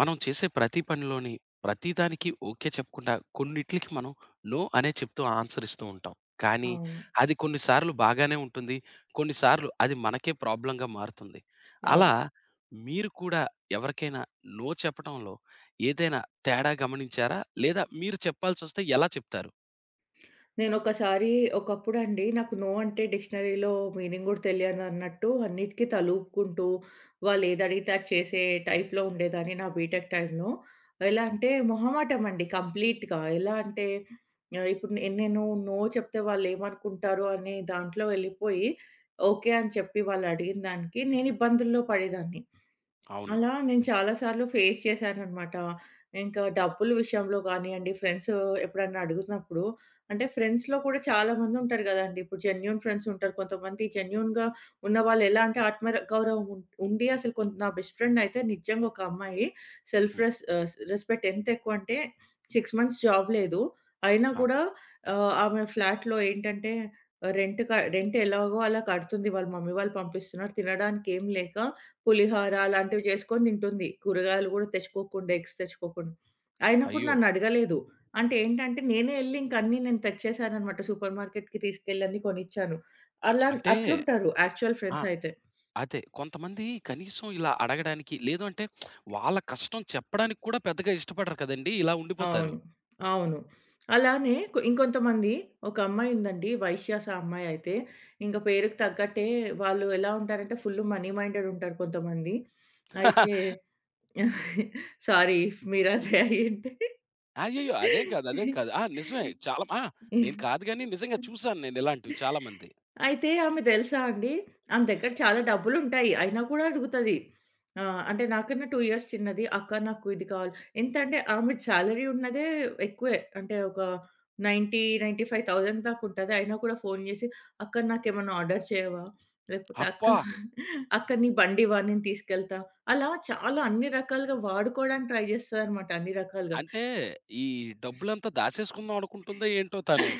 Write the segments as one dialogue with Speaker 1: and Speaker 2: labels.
Speaker 1: మనం చేసే ప్రతి పనిలోని ప్రతిదానికి ఓకే చెప్పకుండా కొన్నిట్లికి మనం నో అనే చెప్తూ ఆన్సర్ ఇస్తూ ఉంటాం. కానీ
Speaker 2: అవును.
Speaker 1: అది కొన్నిసార్లు బాగానే ఉంటుంది. కొన్నిసార్లు అది మనకే ప్రాబ్లమ్‌గా మారుతుంది.
Speaker 2: అవును.
Speaker 1: అలా మీరు కూడా ఎవరికైనా నో చెప్పటంలో ఏదైనా తేడా గమనించారా? లేదా మీరు చెప్పాల్సొస్తే ఎలా చెప్తారు?
Speaker 2: నేనొకసారి ఒకప్పుడండి నాకు నో అంటే డిక్షనరీలో మీనింగ్ గూడా తెలియనన్నట్టు అన్నిటికి తలూపుకుంటూ, వాళ్ళేదడిగితే అది చేసే టైప్‌లో ఉండేదాన్ని నా బీటెక్ టైమ్‌లో. ఎలా
Speaker 1: ఓ,
Speaker 2: అంటే మొహమాటం అండి కంప్లీట్‌గా. ఎలా అంటే ఇప్పుడు నేను నో చెప్తే వాళ్ళేమనుకుంటారో అనే దాంట్లో వెళ్ళిపోయి, ఓకే అని చెప్పి వాళ్ళడిగిన దానికి నేను ఇబ్బందుల్లో పడేదాన్ని.
Speaker 1: అవునండి.
Speaker 2: అలా నేను చాలా సార్లు ఫేస్ చేశాననమాట. ఇంకా డబ్బుల విషయంలో గానియండి, ఫ్రెండ్స్ ఎప్పుడన్నా అడుగుతున్నప్పుడు అంటే ఫ్రెండ్స్‌లో కూడా చాలామందుంటారు గదండీ. ఇప్పుడు జెన్యూన్ ఫ్రెండ్స్ ఉంటారు. కొంతమంది జెన్యూన్‌గా ఉన్నవాళ్ళు ఎలా అంటే ఆత్మ ర గౌరవం ఉండి అసలు కొంత నా బెస్ట్ ఫ్రెండ్ అయితే నిజంగా ఒక అమ్మాయి
Speaker 1: హ్మ్.
Speaker 2: రెస్పెక్ట్ ఎంత ఎక్కువంటే 6 మంత్స్ జాబ్ లేదు. అయినా
Speaker 1: ఆ!
Speaker 2: గూడా ఆమె ఫ్లాట్‌లో ఏంటంటే రెంట్ ఎలాగో అలా కడుతుంది. వాళ్ళ మమ్మీ వాళ్ళు పంపిస్తున్నారు. తినడానికి ఏం లేక పులిహోర అలాంటివి చేసుకొని తింటుంది. కూరగాయలు గూడా తెచ్చుకోకుండా, ఎగ్స్ తెచ్చుకోకుండా. అయినా కూడా
Speaker 1: అయ్యో!
Speaker 2: నన్నడగలేదు. అంటే ఏంటంటే, నేనే ఎళ్లి ఇంక అన్నీ నేను తెచ్చేసాననమాట. సూపర్ మార్కెట్‌కి తీసుకెళ్ళి అన్నీ కొనిచ్చాను. అలా
Speaker 1: అంటే
Speaker 2: అట్లుంటారు యాక్చువల్
Speaker 1: ఆ!
Speaker 2: ఫ్రెండ్స్ అయితే.
Speaker 1: అదే. కొంతమంది కనీసం ఇలా అడగడానికి, లేదు అంటే వాళ్ళ కష్టం చెప్పడానికి కూడా పెద్దగా ఇష్టపడరు కదండీ! ఇలా ఉండిపోతారు.
Speaker 2: అవును. అవును. అలానే ఇంకొంతమంది ఒక అమ్మాయి ఉందండి. వైశ్యాస్ ఆ అమ్మాయి అయితే, ఇంక పేరుకి తగ్గట్టే వాళ్ళు ఎలా ఉంటారంటే, ఫుల్ మనీ మైండెడ్ ఉంటారు కొంతమంది. అయితే సారీ ఇఫ్ మీరదే అయ్యుంటే.
Speaker 1: అయ్యయ్యో! అదేం కాదు, అదేం కాదు. ఆ! నిజమే. చాలా ఆ! నేను కాదు గానీ నిజంగా చూసాను నేను ఇలాంటివి చాలామంది.
Speaker 2: అయితే ఆమె తెలుసా అండి, ఆమె దగ్గర చాలా డబ్బులుంటాయి. అయినా కూడా అడుగుతది. అంటే నాకన్నా 2 ఇయర్స్ చిన్నది. "అక్క నాకు ఇది కావాలి." ఎంతంటే ఆమె సాలరీ ఉన్నదే ఎక్కువే. అంటే ఒక 90,000, 95,000 దాకా ఉంటది. అయినా కూడా ఫోను చేసి, "అక్క నాకేమన్నా ఆర్డర్ చేయవా?" లేకపోతే "అక్క,
Speaker 1: అబ్బా!
Speaker 2: అక్క నీ బండివా? నేను తీసుకెళ్తా." అలా చాలా అన్ని రకాలుగా వాడుకోవడానికి ట్రై చేస్తదనమాట అన్ని రకాలుగా.
Speaker 1: అంటే ఈ డబ్బులంతా దాసేసుకుందాం అనుకుంటుందో ఏంటో తను.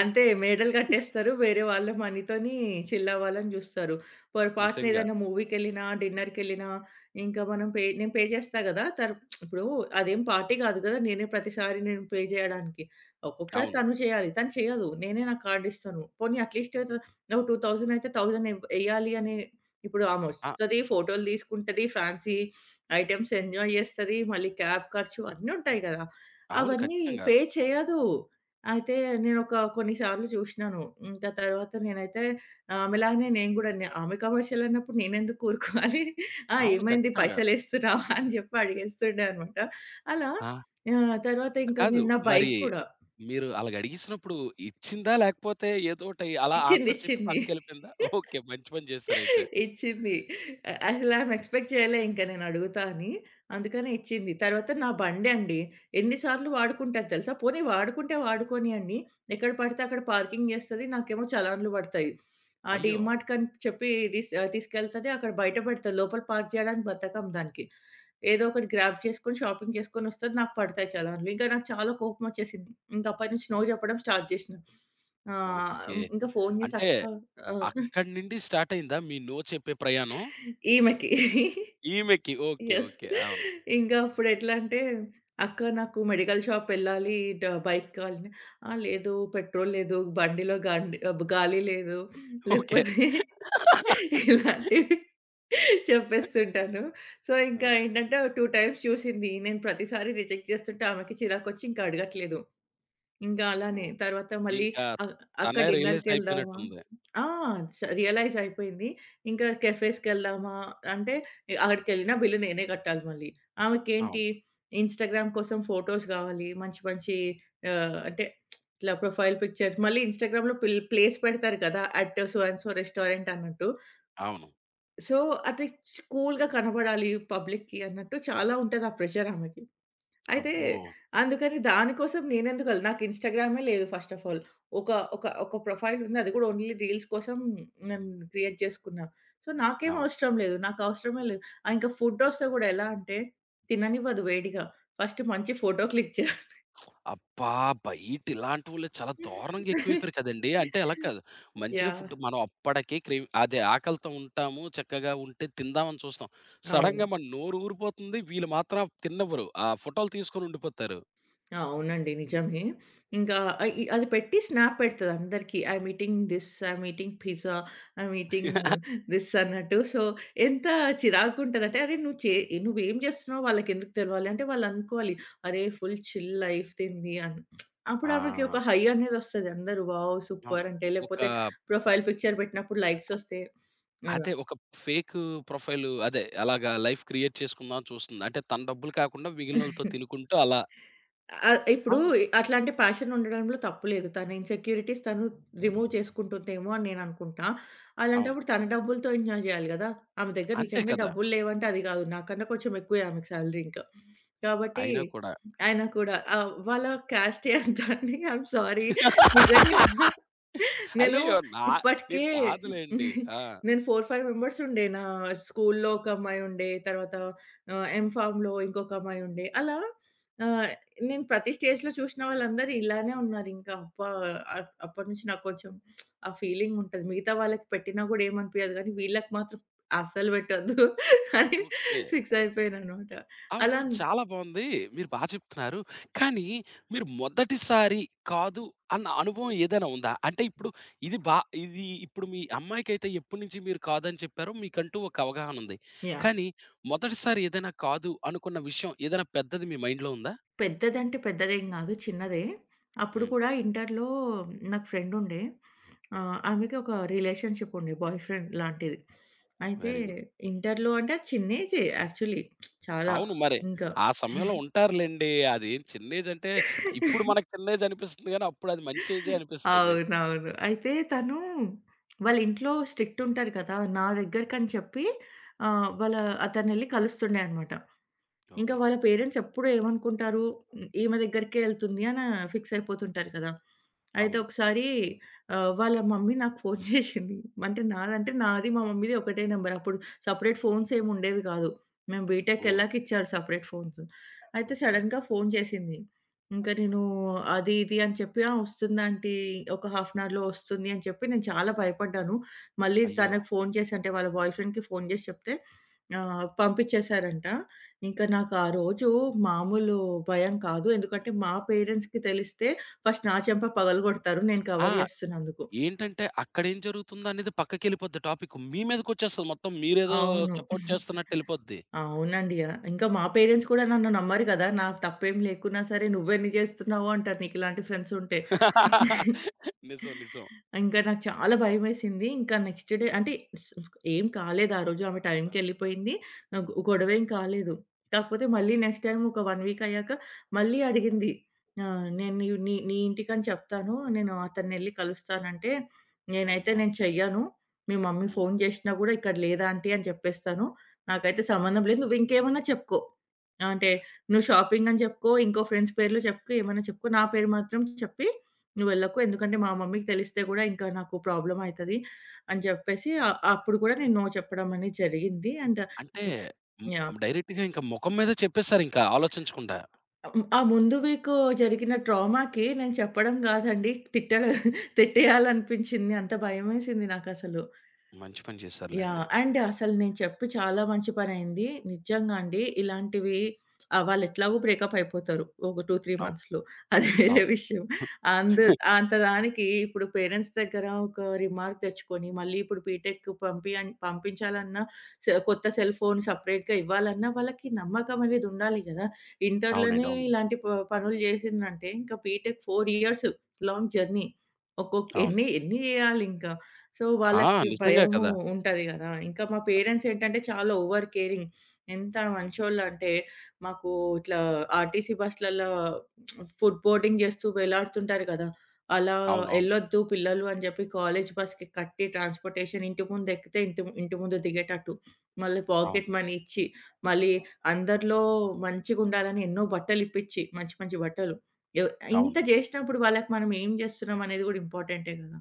Speaker 2: అంతే మేడలు కట్టేస్తారు. వేరే వాళ్ళ మనీతోని చిల్ అవ్వాలని జూస్తారు. పొరపాటున
Speaker 1: నిజంగా.
Speaker 2: ఏదైనా మూవీకెళ్ళినా, డిన్నర్‌కెళ్ళినా ఇంకా మనం పే నేను పే చేస్తా గదా! ఇప్పుడు అదేం పార్టీ గాదు గదా! నేనే ప్రతిసారి నేను పే జేయడానికి. ఒక్కొక్కసారి
Speaker 1: అవును.
Speaker 2: తను చేయాలి. తను చేయదు. నేనే నా కార్డ్ ఇస్తాను. పోనీ అట్‌లీస్ట్ ఒక 2000 అయితే 1000 ఎయ్యాలి అని ఇప్పుడు
Speaker 1: ఆ!
Speaker 2: ఆమొస్తది, ఫోటోలు తీసుకుంటది, ఫ్యాన్సీ ఐటెమ్స్ ఎంజాయ్ జేస్తది, మళ్ళీ క్యాబ్ ఖర్చు అన్నీ ఉంటాయి గదా!
Speaker 1: అవును.
Speaker 2: అవన్నీ
Speaker 1: ఖచ్చితంగా.
Speaker 2: పే చేయదు. అయితే నేనొక కొన్ని సార్లు చూషినాను. ఇంకా తర్వాత నేనైతే ఆమెలాగానే నేను గూడా నే ఆమె కమర్షియల్ అన్నప్పుడు నేనెందుకు ఊరుకోవాలి? ఆ!
Speaker 1: అవును.
Speaker 2: ఏమైంది
Speaker 1: ఖచ్చితంగా.
Speaker 2: పైసలేస్తున్నావా? అని జెప్పి అడిగేస్తుండే అనమాట. అలా
Speaker 1: ఆ!
Speaker 2: తర్వాత ఇంకా
Speaker 1: కాదు.
Speaker 2: నేను నా
Speaker 1: మరి
Speaker 2: బైక్ కూడా
Speaker 1: మీరు అలాగడిగేసినప్పుడు ఇచ్చిందా? లేకపోతే ఏదోటి అలా
Speaker 2: ఇచ్చింది.
Speaker 1: ఆన్సర్ చెప్పి పక్కకెళ్ళిపోయిందా? ఓకే. మంచి పని చేశారయితే.
Speaker 2: ఇచ్చింది. అసలు ఆమె ఎక్స్‌పెక్ట్ చేయలే ఇంక నేను అడుగుతా అని. అందుకనే ఇచ్చింది. తర్వాత నా బండండి. ఎన్ని సార్లు వాడుకుంటాది తెలుసా? పోనీ వాడుకుంటే వాడుకోనియండి. ఎక్కడ పడితే అక్కడ పార్కింగ్ జేస్తది. నాకేమో చలాన్లు పడతాయి. ఆ
Speaker 1: అయ్యో!
Speaker 2: డీమార్ట్‌కని చెప్పి తీసుకెళ్తది. అక్కడ బయట పెడతది. లోపల పార్క్ జేయడానికి బద్ధకం దానికి. ఏదో ఒకటి గ్రాబ్ చేసుకొని షాపింగ్ చేసుకొనొస్తది. నాకు పడతాయి చలాన్లు. ఇంకా నాకు చాలా కోపమొచ్చేసింది. ఇంక అప్పటి నుంచి నో
Speaker 1: అన్
Speaker 2: జెప్పడం స్టార్ట్ జేసినా. ఆహ్,
Speaker 1: ఓకే.
Speaker 2: ఇంకా ఫోను జేసి
Speaker 1: అంటే
Speaker 2: అక్క ఆ!
Speaker 1: అక్కడి నుండి స్టార్ట్ అయిందా మీ నో చెప్పే ప్రయాణం?
Speaker 2: ఈమెకి.
Speaker 1: ఈమెకి. ఓకే.
Speaker 2: యెస్.
Speaker 1: ఓకే. అవును.
Speaker 2: ఇంకా అప్పుడెట్లా అంటే, "అక్క నాకు మెడికల్ షాపెళ్ళాలి. బైక్ కావాలని" "ఆ! లేదు పెట్రోల్ లేదు. బండిలో గాలి లేదు."
Speaker 1: ఓకే.
Speaker 2: లేకపోతే ఇలాంటివి చెప్పేస్తుంటాను. సో, ఇంకా
Speaker 1: ఓకే.
Speaker 2: ఏంటంటే, ఓ 2 టైమ్స్ చూసింది. నేను ప్రతిసారి రిజెక్ట్ చేస్తుంటే ఆమెకి చిరాకొచ్చి ఇంకా అడగట్లేదు. ఇంకా అలానే.
Speaker 1: ఓహ్!
Speaker 2: తర్వాత మళ్ళీ
Speaker 1: ఇంకా
Speaker 2: అక్ అక్క
Speaker 1: తనే రియలైజ్
Speaker 2: డిన్నర్‌కెళ్దామా
Speaker 1: అయిపోయినట్టుంది.
Speaker 2: ఆ! రియలైజ్ అయిపోయింది. ఇంకా కెఫేస్‌కెళ్దామా అంటే అక్కడికెళ్ళిన బిల్ నేనే కట్టాలి మళ్ళీ. ఆమెకేంటి
Speaker 1: అవును.
Speaker 2: ఇన్‌స్టాగ్రామ్ కోసం ఫోటోస్ కావాలి. మంచి మంచి అంటే ఇట్లా ప్రొఫైల్ పిక్చర్స్ మళ్ళీ ఇన్‌స్టాగ్రామ్‌లో ప్లేస్ పెడతారు కదా! At so and so restaurant అన్నట్టు.
Speaker 1: అవును.
Speaker 2: సో, అది కూల్‌గా కనబడాలి పబ్లిక్‌కి అన్నట్టు చాలా ఉంటది ఆ ప్రెషర్ ఆమెకి. అయితే
Speaker 1: అబ్బో!
Speaker 2: అందుకని దానికోసం నాకు ఇన్‌స్టాగ్రామే లేదు ఫస్ట్ ఆఫ్ ఆల్. ఒక ఒక ఒక ప్రొఫైల్ ఉంది. అది కూడా ఓన్లీ రీల్స్ కోసం నేను క్రియేట్ చేసుకున్నా. సో, నాకేం
Speaker 1: అవును.
Speaker 2: అవసరం లేదు. నాకు అవసరమే లేదు. ఆ! ఇంకా ఫుడ్డొస్తే కూడా ఎలా అంటే తిననివ్వదు వేడిగా. ఫస్ట్ మంచి ఫోటో క్లిక్ చేయాలి.
Speaker 1: అబ్బా! బయట ఇలాంటోళ్ళే చాలా దారుణంగా ఎక్కువైపోయారు కదండీ. అంటే అలా కాదు. మంచిగా
Speaker 2: యాహ్!
Speaker 1: ఫుడ్ మనం అప్పటికే క్రేవ్ అదే ఆకలితో ఉంటాము. చక్కగా ఉంటే తిందామని చూస్తాం.
Speaker 2: అవును.
Speaker 1: సడెన్‌గా మన నోరు ఊరిపోతుంది. వీళ్ళు మాత్రం తిననివ్వరు. ఆ ఫోటోలు తీసుకొని ఉండిపోతారు.
Speaker 2: ఆ, అవునండి. నిజమే. ఇంకా ఆహ్, ఇ అది పెట్టి స్నాప్ పెడతది అందరికి. I'm eating this, I'm eating pizza, I'm eating this అన్నట్టు. సో, ఎంత చిరాకుంటదంటే, అరే నువ్వు చే నువ్వేం చేస్తున్నావో వాళ్ళకెందుకు తెలవాలి? అంటే వాళ్ళనుకోవాలి, అరే ఫుల్ చిల్ లైఫ్ దీనిది అని. అప్పుడు ఆమెకి ఒక
Speaker 1: ఆ!
Speaker 2: హై అనేదొస్తది. అందరూ వావ్!
Speaker 1: అవును.
Speaker 2: సూపర్ అంటే,
Speaker 1: ఒక
Speaker 2: లేకపోతే ప్రొఫైల్ పిక్చర్ పెట్టినప్పుడు లైక్స్ ఒస్తే అలా.
Speaker 1: అదే ఒక ఫేక్ ప్రొఫైల్ అదే అలాగా లైఫ్ క్రియేట్ చేసుకుందాం అని చూస్తుంది. అంటే తన డబ్బులు కాకుండా మిగిలినోళ్ళతో తినుకుంటూ అలా
Speaker 2: ఇప్పుడు
Speaker 1: అవును.
Speaker 2: అట్లాంటి ప్యాషన్ ఉండడంలో తప్పు లేదు. తన ఇన్‌సెక్యూరిటీస్ తను రిమూవ్ చేసుకుంటుందేమో అని నేననుకుంటా.
Speaker 1: అవును.
Speaker 2: అలాంటప్పుడు తన డబ్బులతో ఎంజాయ్ జేయాలి గదా! ఆమె దగ్గర
Speaker 1: అంతే
Speaker 2: నిజంగా
Speaker 1: కదా!
Speaker 2: డబ్బులు లేవంటే అది గాదు. నాకన్నా కొంచెం ఎక్కువే ఆమెకి సాలరీ ఇంకా. కాబట్టి
Speaker 1: అయినా కూడా
Speaker 2: ఆయన కూడా వాళ్ళ క్యాస్టే అంత అండి. I'm sorry. నిజంగా. నేను
Speaker 1: అయ్యయ్యో! నేను
Speaker 2: ఇప్పటికే
Speaker 1: కాదులెండి. ఆ!
Speaker 2: నేను 4, 5 మెంబర్స్ ఉండే. నా స్కూల్లో ఒక అమ్మాయి ఉండే. తర్వాత ఎంఫామ్‌లో ఇంకొక అమ్మాయి ఉండే. అలా ఆహ్, నేను ప్రతి స్టేజ్‌లో చూసిన వాళ్ళందరూ ఇలానే ఉన్నారింకా. అబ్బా! అప్పటి నుంచి నాకు కొంచెం ఆ ఫీలింగ్ ఉంటది. మిగతా వాళ్ళకి పెట్టినా గూడా ఏమనిపియదు గానీ, వీళ్ళకి మాత్రం అస్సలు పెట్టొద్దు అని
Speaker 1: ఓకే.
Speaker 2: ఫిక్స్ అయిపోయాననమాట.
Speaker 1: అవును.
Speaker 2: అలా
Speaker 1: చాలా బావుంది. మీరు బా చెప్తున్నారు. కానీ మీరు మొదటిసారి కాదు అన్న అనుభవం ఏదైనా ఉందా? అంటే ఇప్పుడు ఇది బా ఇది ఇప్పుడు మీ అమ్మాయికైతే ఎప్పటినుంచి మీరు కాదని చెప్పారో మీకంటూ ఒక అవగాహన ఉంది.
Speaker 2: యాహ్!
Speaker 1: కానీ మొదటిసారి ఏదైనా కాదు అనుకున్న విషయం ఏదైనా పెద్దది మీ మైండ్‌లో ఉందా?
Speaker 2: పెద్దదంటే పెద్దదేం గాదు. చిన్నదే. అప్పుడు
Speaker 1: హ్మ్.
Speaker 2: కూడా ఇంటర్‌లో నాకు ఫ్రెండ్ ఉండే. ఆమెకి ఒక రిలేషన్‌షిప్ ఉండే. బాయ్ ఫ్రెండ్ లాంటిది. అయితే
Speaker 1: వెరీ గుడ్.
Speaker 2: ఇంటర్‌లో అంటే చిన్న ఏజే యాక్చువల్లీ చాలా
Speaker 1: అవును మరి.
Speaker 2: ఇంకా.
Speaker 1: ఆ సమయంలో ఉంటారులెండి. అదేం చిన్న ఏజ్ అంటే ఇప్పుడు మనకు చిన్న ఏజ్ అనిపిస్తుంది గానీ అప్పుడు అది మంచి ఏజే అనిపిస్తది.
Speaker 2: అవునవును. అయితే తను వాళ్ళ ఇంట్లో స్ట్రిక్ట్ ఉంటారు కదా! నా దగ్గరకని చెప్పి ఆహ్, వాళ్ళ అతనెళ్లి కలుస్తుండే అనమాట. ఇంకా
Speaker 1: ఓకే.
Speaker 2: వాళ్ళ పేరెంట్స్ ఎప్పుడు ఏమనుకుంటారు, ఈమె దగ్గరికే ఎళ్తుంది అని ఫిక్స్ అయిపోతుంటారు కదా! అయితే
Speaker 1: అవును.
Speaker 2: ఒకసారి వాళ్ళ మమ్మీ నాకు ఫోను చేసింది. అంటే నాది మా మమ్మీది ఒకటే నంబర్. అప్పుడు సెపరేట్ ఫోన్స్ ఏమి ఉండేవి కాదు. మేము బీటెక్
Speaker 1: ఓహ్!
Speaker 2: ఎళ్ళాక ఇచ్చారు సెపరేట్ ఫోన్స్. అయితే
Speaker 1: ఓకే.
Speaker 2: సడెన్‌గా ఫోను చేసింది. ఇంకా నేను అది ఇది అని చెప్పి, "ఆ! వస్తుంది ఆంటీ. ఒక హాఫ్ అన్ అవర్‌లో వస్తుంది" అని చెప్పి నేను చాలా భయపడ్డాను. మళ్ళీ
Speaker 1: అయ్యో!
Speaker 2: తనకు ఫోను చేసి అంటే వాళ్ళ బాయ్ ఫ్రెండ్‌కి ఫోను చేసి చెప్తే పంపించేసారంట. ఇంకా
Speaker 1: హ్మ్.
Speaker 2: నాకు ఆ రోజు మామూలు భయం కాదు. ఎందుకంటే మా పేరెంట్స్‌కి తెలిస్తే ఫస్ట్ నా చెంప పగలగొడతారు నేను
Speaker 1: ఆ!
Speaker 2: కవర్ చేస్తున్నందుకు.
Speaker 1: ఏంటంటే అక్కడేం జరుగుతుందో అనేది పక్కకెళ్ళిపోద్ది టాపిక్. మీ మీదకొచ్చేస్తది మొత్తం. మీరేదో
Speaker 2: అవును.
Speaker 1: సపోర్ట్ చేస్తున్నట్టెళ్ళిపోద్ది.
Speaker 2: అవునండి. ఇంకా మా పేరెంట్స్ కూడా నన్ను నమ్మరు కదా! నాకు తప్పేం లేకున్నా సరే నువ్వెన్ని చేస్తున్నావు అంటారు నీకిలాంటి ఫ్రెండ్స్ ఉంటే.
Speaker 1: నిజం. నిజం.
Speaker 2: ఇంకా నాకు చాలా భయమేసింది. ఇంకా నెక్స్ట్ డే అంటే స్ ఏం కాలేదు ఆ రోజు. ఆమె టైంకెళ్ళిపోయింది. ఆహ్, గొ గొడవేం కాలేదు. కాకపోతే మళ్ళీ నెక్స్ట్ టైమ్ ఒక 1 వీక్ అయ్యాక మళ్ళీ అడిగింది. "నేను నీ నీ నీ ఇంటికని చెప్తాను. నేను అతన్నెళ్లి కలుస్తానంటే,
Speaker 1: అమ్మ!
Speaker 2: నేను చెయ్యను. మీ మమ్మీ
Speaker 1: హ్మ్.
Speaker 2: ఫోను చేషినా గూడా ఇక్కడ లేదు ఆంటీ అని చెప్పేస్తాను. నాకైతే సంబంధం లేదు. నువ్వింకేమన్నా చెప్పుకో. అంటే నువ్వు షాపింగ్ అని చెప్పుకో, ఇంకో ఫ్రెండ్స్ పేర్లు చెప్పుకో, ఏమన్నా చెప్పుకో. నా పేరు మాత్రం చెప్పి నువ్వు వెళ్ళకు. ఎందుకంటే మా మమ్మీకి తెలిస్తే గూడా ఇంకా నాకు ప్రాబ్లమ్ అయితది అని జెప్పేసి అప్పుడు గూడా నేను నో చెప్పడం అనేది జరిగింది. అండ్
Speaker 1: అంటే హ్మ్.
Speaker 2: యాహ్!
Speaker 1: డైరెక్ట్‌గా ఇంక మొఖం మీదే చెప్పేసారింక ఆలోచించకుండా.
Speaker 2: ఆ ముందు వీకు జరిగిన ట్రామాకి నేను చెప్పడం గాదండి తిట్టడ తిట్టేయాలనిపించింది. అంత భయమేసింది నాకసలు.
Speaker 1: మంచి పని చేశారులెండి.
Speaker 2: యాహ్! అండ్ అసలు నేను చెప్పి చాలా మంచి పనయింది. నిజంగా అండి. ఇలాంటివి వాళ్ళెట్లాగో బ్రేకప్ అయిపోతారు. ఒక 2, 3
Speaker 1: అవును.
Speaker 2: మంత్స్‌లో. అది వేరే
Speaker 1: అవును.
Speaker 2: విషయం. అందు అంత దానికి ఇప్పుడు పేరెంట్స్ దగ్గర ఒక రిమార్క్ తెచ్చుకొని, మళ్ళీ ఇప్పుడు బీటెక్ పంపించాలన్నా, కొత్త సెల్ ఫోన్ సెపరేట్‌గా ఇవ్వాలన్నా వాళ్ళకి నమ్మకం అనేది ఉండాలి గదా!
Speaker 1: అవునండి.
Speaker 2: ఇంటర్‌లోనే
Speaker 1: అవును.
Speaker 2: ఇలాంటి పనులు చేసిందంటే, ఇంకా బీటెక్ 4 ఇయర్స్ లాంగ్ జర్నీ.
Speaker 1: అవును.
Speaker 2: ఎన్ని ఎన్ని చేయాలింకా. సో,
Speaker 1: ఆ!
Speaker 2: వాళ్ళకి
Speaker 1: నిజంగా
Speaker 2: భయము
Speaker 1: కదా!
Speaker 2: ఉంటది గదా! ఇంకా మా పేరెంట్స్ ఏంటంటే చాలా ఓవర్ కేరింగ్. ఎంత మంచోళ్ళంటే మాకు ఇట్లా ఆర్‌టీసీ బస్‌లల్ల ఫుడ్ బోర్డింగ్ చేస్తూ వేలాడుతుంటారు కదా! అలా
Speaker 1: అవునవును.
Speaker 2: ఎళ్ళొద్దు పిల్లలు అని జెప్పి కాలేజ్ బస్‌కి కట్టి ట్రాన్స్‌పోర్టేషన్ ఇంటి ముందు ఎక్కితే ఇంటి ఇంటి ముందు దిగేటట్టు. మళ్ళీ
Speaker 1: అవును.
Speaker 2: పాకెట్ మనీ ఇచ్చి, మళ్ళీ అందరిలో మంచిగుండాలని ఎన్నో బట్టలిప్పిచ్చి మంచి మంచి బట్టలు. ఎవ్ ఇంత
Speaker 1: అవును.
Speaker 2: జేసినప్పుడు వాళ్ళకి మనం ఏం జేస్తున్నాం అనేది గూడా ఇంపార్టెంటే గదా!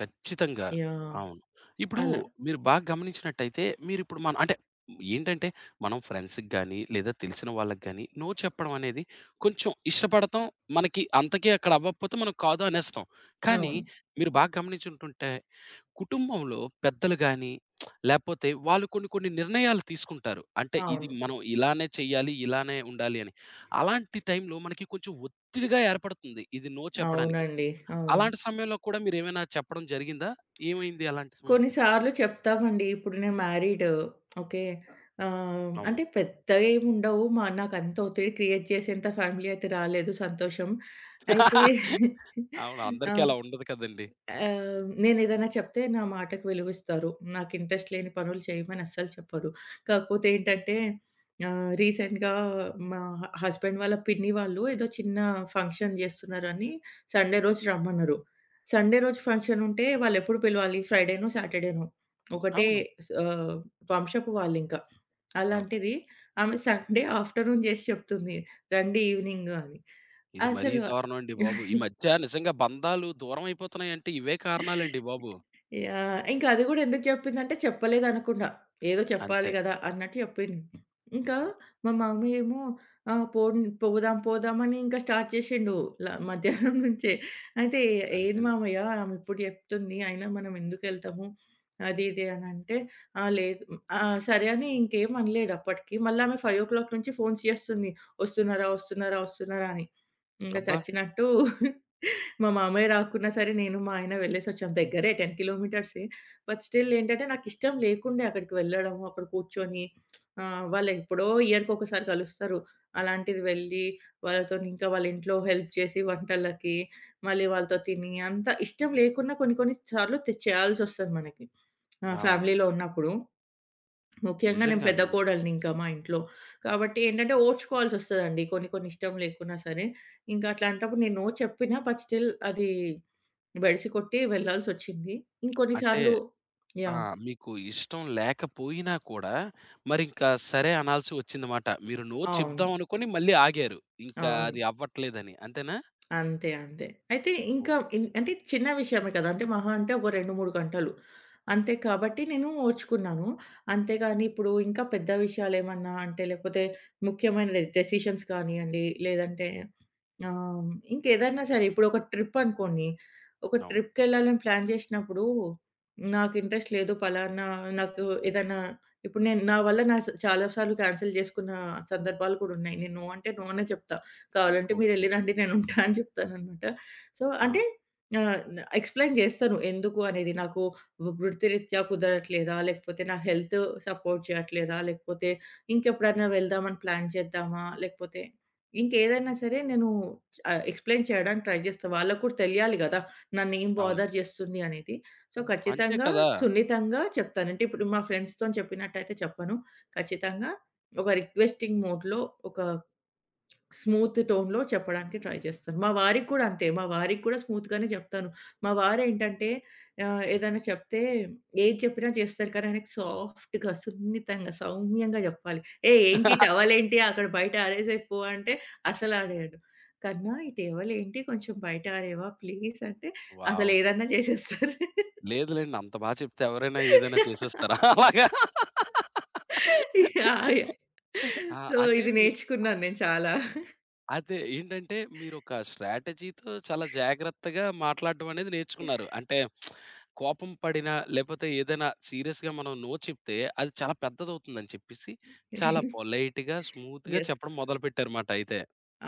Speaker 1: ఖచ్చితంగా.
Speaker 2: యాహ్!
Speaker 1: అవును. ఇప్పుడు
Speaker 2: అలా.
Speaker 1: మీరు బాగా గమనించినట్టయితే మీరిప్పుడు మన అంటే ఏంటంటే మనం ఫ్రెండ్స్‌కి గాని, లేదా తెలిసిన వాళ్ళకి గాని నో చెప్పడం అనేది కొంచెం ఇష్టపడతాం. మనకి అంతకే అక్కడ అవ్వకపోతే మనం కాదు అనేస్తాం. కానీ
Speaker 2: అవును.
Speaker 1: మీరు బాగా గమనించుంటుంటే కుటుంబంలో పెద్దలు గాని, లేపోతే వాళ్ళు కొన్ని కొన్ని నిర్ణయాలు తీసుకుంటారు. అంటే ఇది
Speaker 2: అవును.
Speaker 1: మనం ఇలానే చేయాలి, ఇలానే ఉండాలి అని. అలాంటి టైంలో మనకి కొంచెం ఒత్తిడిగా ఏర్పడుతుంది. ఇది నో చెప్పడానికి.
Speaker 2: అవునండి. అవును.
Speaker 1: అలాంటి సమయంలో కూడా మీరేమైనా చెప్పడం జరిగిందా? ఏమైంది అలాంటి సమయంలో?
Speaker 2: కొన్ని సార్లు చెప్తామండి. ఇప్పుడు నేను మ్యారీడ్. ఓకే.
Speaker 1: అవును.
Speaker 2: అంటే పెద్దగా ఏమి ఉండవు. నాకంత ఒత్తిడి క్రియేట్ చేసేంత ఫ్యామిలీ అయితే రాలేదు సంతోషం. అయితే
Speaker 1: అవును. అందరికీ అలా ఉండదు కదండీ!
Speaker 2: నేనేదైనా చెప్తే నా మాటకు విలువిస్తారు. నాకు ఇంట్రెస్ట్ లేని పనులు చేయమని అస్సలు చెప్పరు. కాకపోతే ఏంటంటే రీసెంట్‌గా మా హస్బెండ్ వాళ్ళ పిన్ని వాళ్ళు ఏదో చిన్న ఫంక్షన్ జేస్తున్నారని సండే రోజు రమ్మన్నారు. సండే రోజు ఫంక్షన్ ఉంటే వాళ్ళెప్పుడు పిలవాలి? ఫ్రైడేనో, సాటర్డేనో. ఒకటే
Speaker 1: అవును.
Speaker 2: స్ ఆహ్, వంశపు వాళ్ళింకా.
Speaker 1: ఓకే.
Speaker 2: అలాంటిది ఆమె సండే ఆఫ్టర్‌నూన్ జేసి చెప్తుంది. రండి ఈవినింగ్ అని.
Speaker 1: ఇది మరీ
Speaker 2: అసలు
Speaker 1: దారుణం అండి బాబు. ఈ మధ్య నిజంగా బంధాలు దూరం అయిపోతున్నాయంటే ఇవే కారణాలండి బాబు.
Speaker 2: యాహ్! ఇంకా అది గూడా ఎందుకు చెప్పిందంటే చెప్పలేదనుకున్నా. ఏదో చెప్పాలి
Speaker 1: అంతే.
Speaker 2: గదా! అన్నట్టు చెప్పింది. ఇంకా
Speaker 1: అవును.
Speaker 2: మా మమ్మీ ఏమో ఆహ్, పోన్ పోదాం పోదాం అని ఇంకా స్టార్ట్ చేసిండు. మధ్యాహ్నం నుంచే. అయితే "ఏది
Speaker 1: సరిపోయింది.
Speaker 2: మామయ్య ఆమె ఇప్పుడు చెప్తుంది. అయినా మనం ఎందుకెళ్తాము?" అది ఇది అనంటే లేదు సరే" అని ఇంకేం అనలేడు అప్పటికి. మళ్ళీ ఆమె 5 నుంచి ఫోన్స్ చేస్తుంది. "వస్తున్నారా? వస్తున్నారా?" అని. ఇంక
Speaker 1: అబ్బా!
Speaker 2: చచ్చినట్టు మా మామయ్య రాకున్నా సరే నేను, మా ఆయన వెళ్ళేసొచ్చాం. దగ్గరే 10 కిలోమీటర్సే. బట్ స్టిల్ ఏంటంటే నాకిష్టం లేకుండే అక్కడికి వెళ్ళడం, అక్కడ కూర్చొని వాళ్ళెప్పుడో ఇయర్‌కొకసారి కలుస్తారు. అలాంటిది వెళ్ళి వాళ్ళతోని ఇంకా వాళ్ళ ఇంట్లో హెల్ప్ చేసి వంటలకి, మళ్ళీ వాళ్ళతో తిని అంత ఇష్టం లేకున్నా కొన్ని కొన్ని సార్లు చేయాల్సొస్తది మనకి. ఆ!
Speaker 1: అవును.
Speaker 2: ఫ్యామిలీలో ఉన్నప్పుడు. ముఖ్యంగా నేను పెద్ద
Speaker 1: నిజంగానే.
Speaker 2: కోడలిని ఇంకా మా ఇంట్లో. కాబట్టి ఏంటంటే ఓర్చుకోవాల్సొస్తదండి కొన్ని కొన్ని ఇష్టం లేకున్నా సరే. ఇంకా అట్లాంటప్పుడు నేను నో చెప్పినా బట్ స్టిల్ అది బెడిసి కొట్టి వెళ్ళాల్సొచ్చింది. ఇంకొన్ని
Speaker 1: అంటే
Speaker 2: సార్లు
Speaker 1: ఆ!
Speaker 2: యాహ్!
Speaker 1: మీకు ఇష్టం లేకపోయినా కూడా మరింకా సరే అనాల్సి వచ్చిందమాట. మీరు నో
Speaker 2: అవును.
Speaker 1: చెప్దాం అనుకోని మళ్ళీ ఆగారు. ఇంకా
Speaker 2: అవును.
Speaker 1: అది అవ్వట్లేదని. అంతేనా?
Speaker 2: అంతే. అయితే
Speaker 1: ఓహ్!
Speaker 2: ఇంకా ఇన్ అంటే చిన్న విషయమే కదా! అంటే మహా అంటే ఒక 2, 3 గంటలు. అంతే కాబట్టి నేను ఓర్చుకున్నాను. అంతేగాని ఇప్పుడు ఇంకా పెద్ద విషయాలేమన్నా అంటే లేకపోతే ముఖ్యమైన డెసిషన్స్ కానియండి, లేదంటే ఆహ్, ఇంకేదైనా సరే ఇప్పుడు ఒక ట్రిప్ అనుకోండి. ఒక
Speaker 1: అవును.
Speaker 2: ట్రిప్‌కెళ్ళాలని ప్లాన్ చేసినప్పుడు నాకు ఇంట్రెస్ట్ లేదు పలానా నాకు ఏదన్నా ఇప్పుడు నేను నా వల్ల నా చాలా సార్లు క్యాన్సిల్ చేసుకున్న సందర్భాలు కూడా ఉన్నాయి. నేను నో అంటే నో అనే చెప్తా. కావాలంటే
Speaker 1: ఓకే.
Speaker 2: మీరెళ్లి రండి నేనుంటా అని చెప్తాననమాట. సో,
Speaker 1: ఆ!
Speaker 2: అంటే ఆహ్, న ఎక్స్‌ప్లెయిన్ చేస్తాను. ఎందుకు అనేది నాకు వృత్తిరీత్యా కుదరట్లేదా? లేకపోతే నా హెల్త్ సపోర్ట్ చేయట్లేదా? లేకపోతే ఇంకెప్పుడైనా వెళ్దామని ప్లాన్ చేద్దామా? లేకపోతే ఇంకేదైనా సరే నేను ఎక్స్‌ప్లెయిన్ చేయడానికి ట్రై చేస్తా. వాళ్ళకి కూడా తెలియాలి గదా! నన్నేం
Speaker 1: అవును.
Speaker 2: బాదర్ చేస్తుంది అనేది. సో,
Speaker 1: అంతే
Speaker 2: ఖచ్చితంగా
Speaker 1: కదా!
Speaker 2: సున్నితంగా చెప్తాను. అంటే ఇప్పుడు మా ఫ్రెండ్స్‌తోని చెప్పినట్టయితే చెప్పను. ఖచ్చితంగా ఒక రిక్వెస్టింగ్ మోడ్‌లో ఒక స్మూత్ టోన్‌లో చెప్పడానికి ట్రై చేస్తాను. మా వారికి కూడా అంతే. మా వారికి కూడా స్మూత్‌గానే చెప్తాను. మా వారేంటంటే ఆహ్, ఏదైనా చెప్తే ఏది చెప్పినా చేస్తారు. కానీ ఆయనకి సాఫ్ట్‌గా, సున్నితంగా, సౌమ్యంగా చెప్పాలి. "ఏయ్! ఏంటి టవలేంటి అక్కడ బయట ఆరేసేయి పో" అంటే అస్సలాడేయడు. "కన్నా ఈ టవలేంటి కొంచెం బయట ఆరేయవా ప్లీజ్" అంటే అసలు
Speaker 1: వావ్!
Speaker 2: ఏదన్నా చేసేస్తారు.
Speaker 1: లేదులెండి. అంత బా చెప్తే ఎవరైనా ఏదైనా చేసేస్తారా? అలాగా?
Speaker 2: యాహ్!
Speaker 1: ఆ!
Speaker 2: సో,
Speaker 1: అంటే
Speaker 2: ఇది
Speaker 1: మీరు
Speaker 2: నేర్చుకున్నాను నేను చాలా.
Speaker 1: అదే ఏంటంటే మీరొక స్ట్రాటజీ‌తో చాలా జాగ్రత్తగా మాట్లాడడం అనేది నేర్చుకున్నారు. అంటే కోపం పడినా, లేపోతే ఏదైనా సీరియస్‌గా మనం నో చెప్తే అది చాలా పెద్దదవుతుందని చెప్పేసి చాలా పొలైట్‌గా, స్మూత్‌గా
Speaker 2: యెస్.
Speaker 1: చెప్పడం మొదలుపెట్టారు మాట అయితే.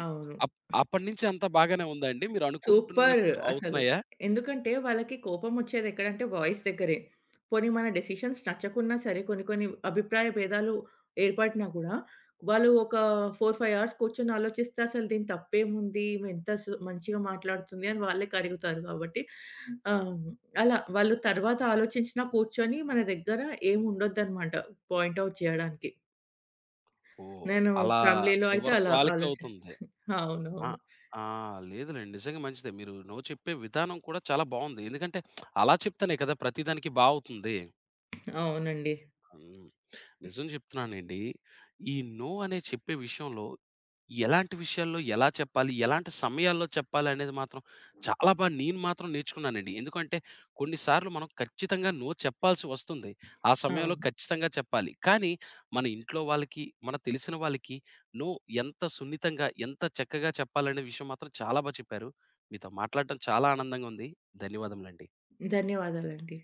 Speaker 2: అవును.
Speaker 1: అప్ అప్పటినుంచి అంతా బాగానే ఉందా అండి? మీరు
Speaker 2: సూపర్.
Speaker 1: అనుకుంటున్నట్టు
Speaker 2: అసలు.
Speaker 1: అవుతున్నాయా?
Speaker 2: ఎందుకంటే వాళ్ళకి కోపమొచ్చేది ఎక్కడంటే వాయిస్ దగ్గరే. పోనీ మన డెసిషన్స్ నచ్చకున్నా సరే కొన్ని కొన్ని అభిప్రాయ భేదాలు ఏర్పడినా కూడా వాళ్ళు ఒక 4, 5 అవర్స్ కూర్చొని ఆలోచిస్తే అసలు దీని తప్పేముంది? ఈమెంత మంచిగా మాట్లాడుతుంది అని వాళ్ళే కరుగుతారు కాబట్టి ఆహ్, అలా వాళ్ళు తర్వాత ఆలోచించినా కూర్చొని మన దగ్గర ఏమి ఉండొద్దనమాట పాయింట్ ఔట్ చేయడానికి.
Speaker 1: ఓహ్!
Speaker 2: నేను
Speaker 1: అలా
Speaker 2: ఫ్యామిలీలో అయితే
Speaker 1: రివర్స్
Speaker 2: అలా
Speaker 1: వాళ్ళకే అవుతుంది.
Speaker 2: ఆలోచిస్తాను.
Speaker 1: ఆ!
Speaker 2: అవునవును.
Speaker 1: ఆ! లేదులెండి. నిజంగా మంచిదే. మీరు నో చెప్పే విధానం కూడా చాలా బావుంది. ఎందుకంటే అలా చెప్తేనే కదా! ప్రతి దానికి బా అవుతుంది.
Speaker 2: అవునండి.
Speaker 1: హ్మ్. నిజం చెప్తున్నానండి. ఈ నో అనే చెప్పే విషయంలో ఎలాంటి విషయాల్లో ఎలా చెప్పాలి? ఎలాంటి సమయాల్లో చెప్పాలనేది మాత్రం చాలా బా నేను మాత్రం నేర్చుకున్నానండి. ఎందుకంటే కొన్ని సార్లు మనం ఖచ్చితంగా నో చెప్పాల్సి వస్తుంది. ఆ సమయంలో
Speaker 2: అవును.
Speaker 1: ఖచ్చితంగా చెప్పాలి. కానీ మన ఇంట్లో వాళ్ళకి, మన తెలిసిన వాళ్ళకి నో ఎంత సున్నితంగా, ఎంత చక్కగా చెప్పాలనే విషయం మాత్రం చాలా బా చెప్పారు. మీతో మాట్లాడటం చాలా ఆనందంగా ఉంది. ధన్యవాదములండి.
Speaker 2: ధన్యవాదాలండి.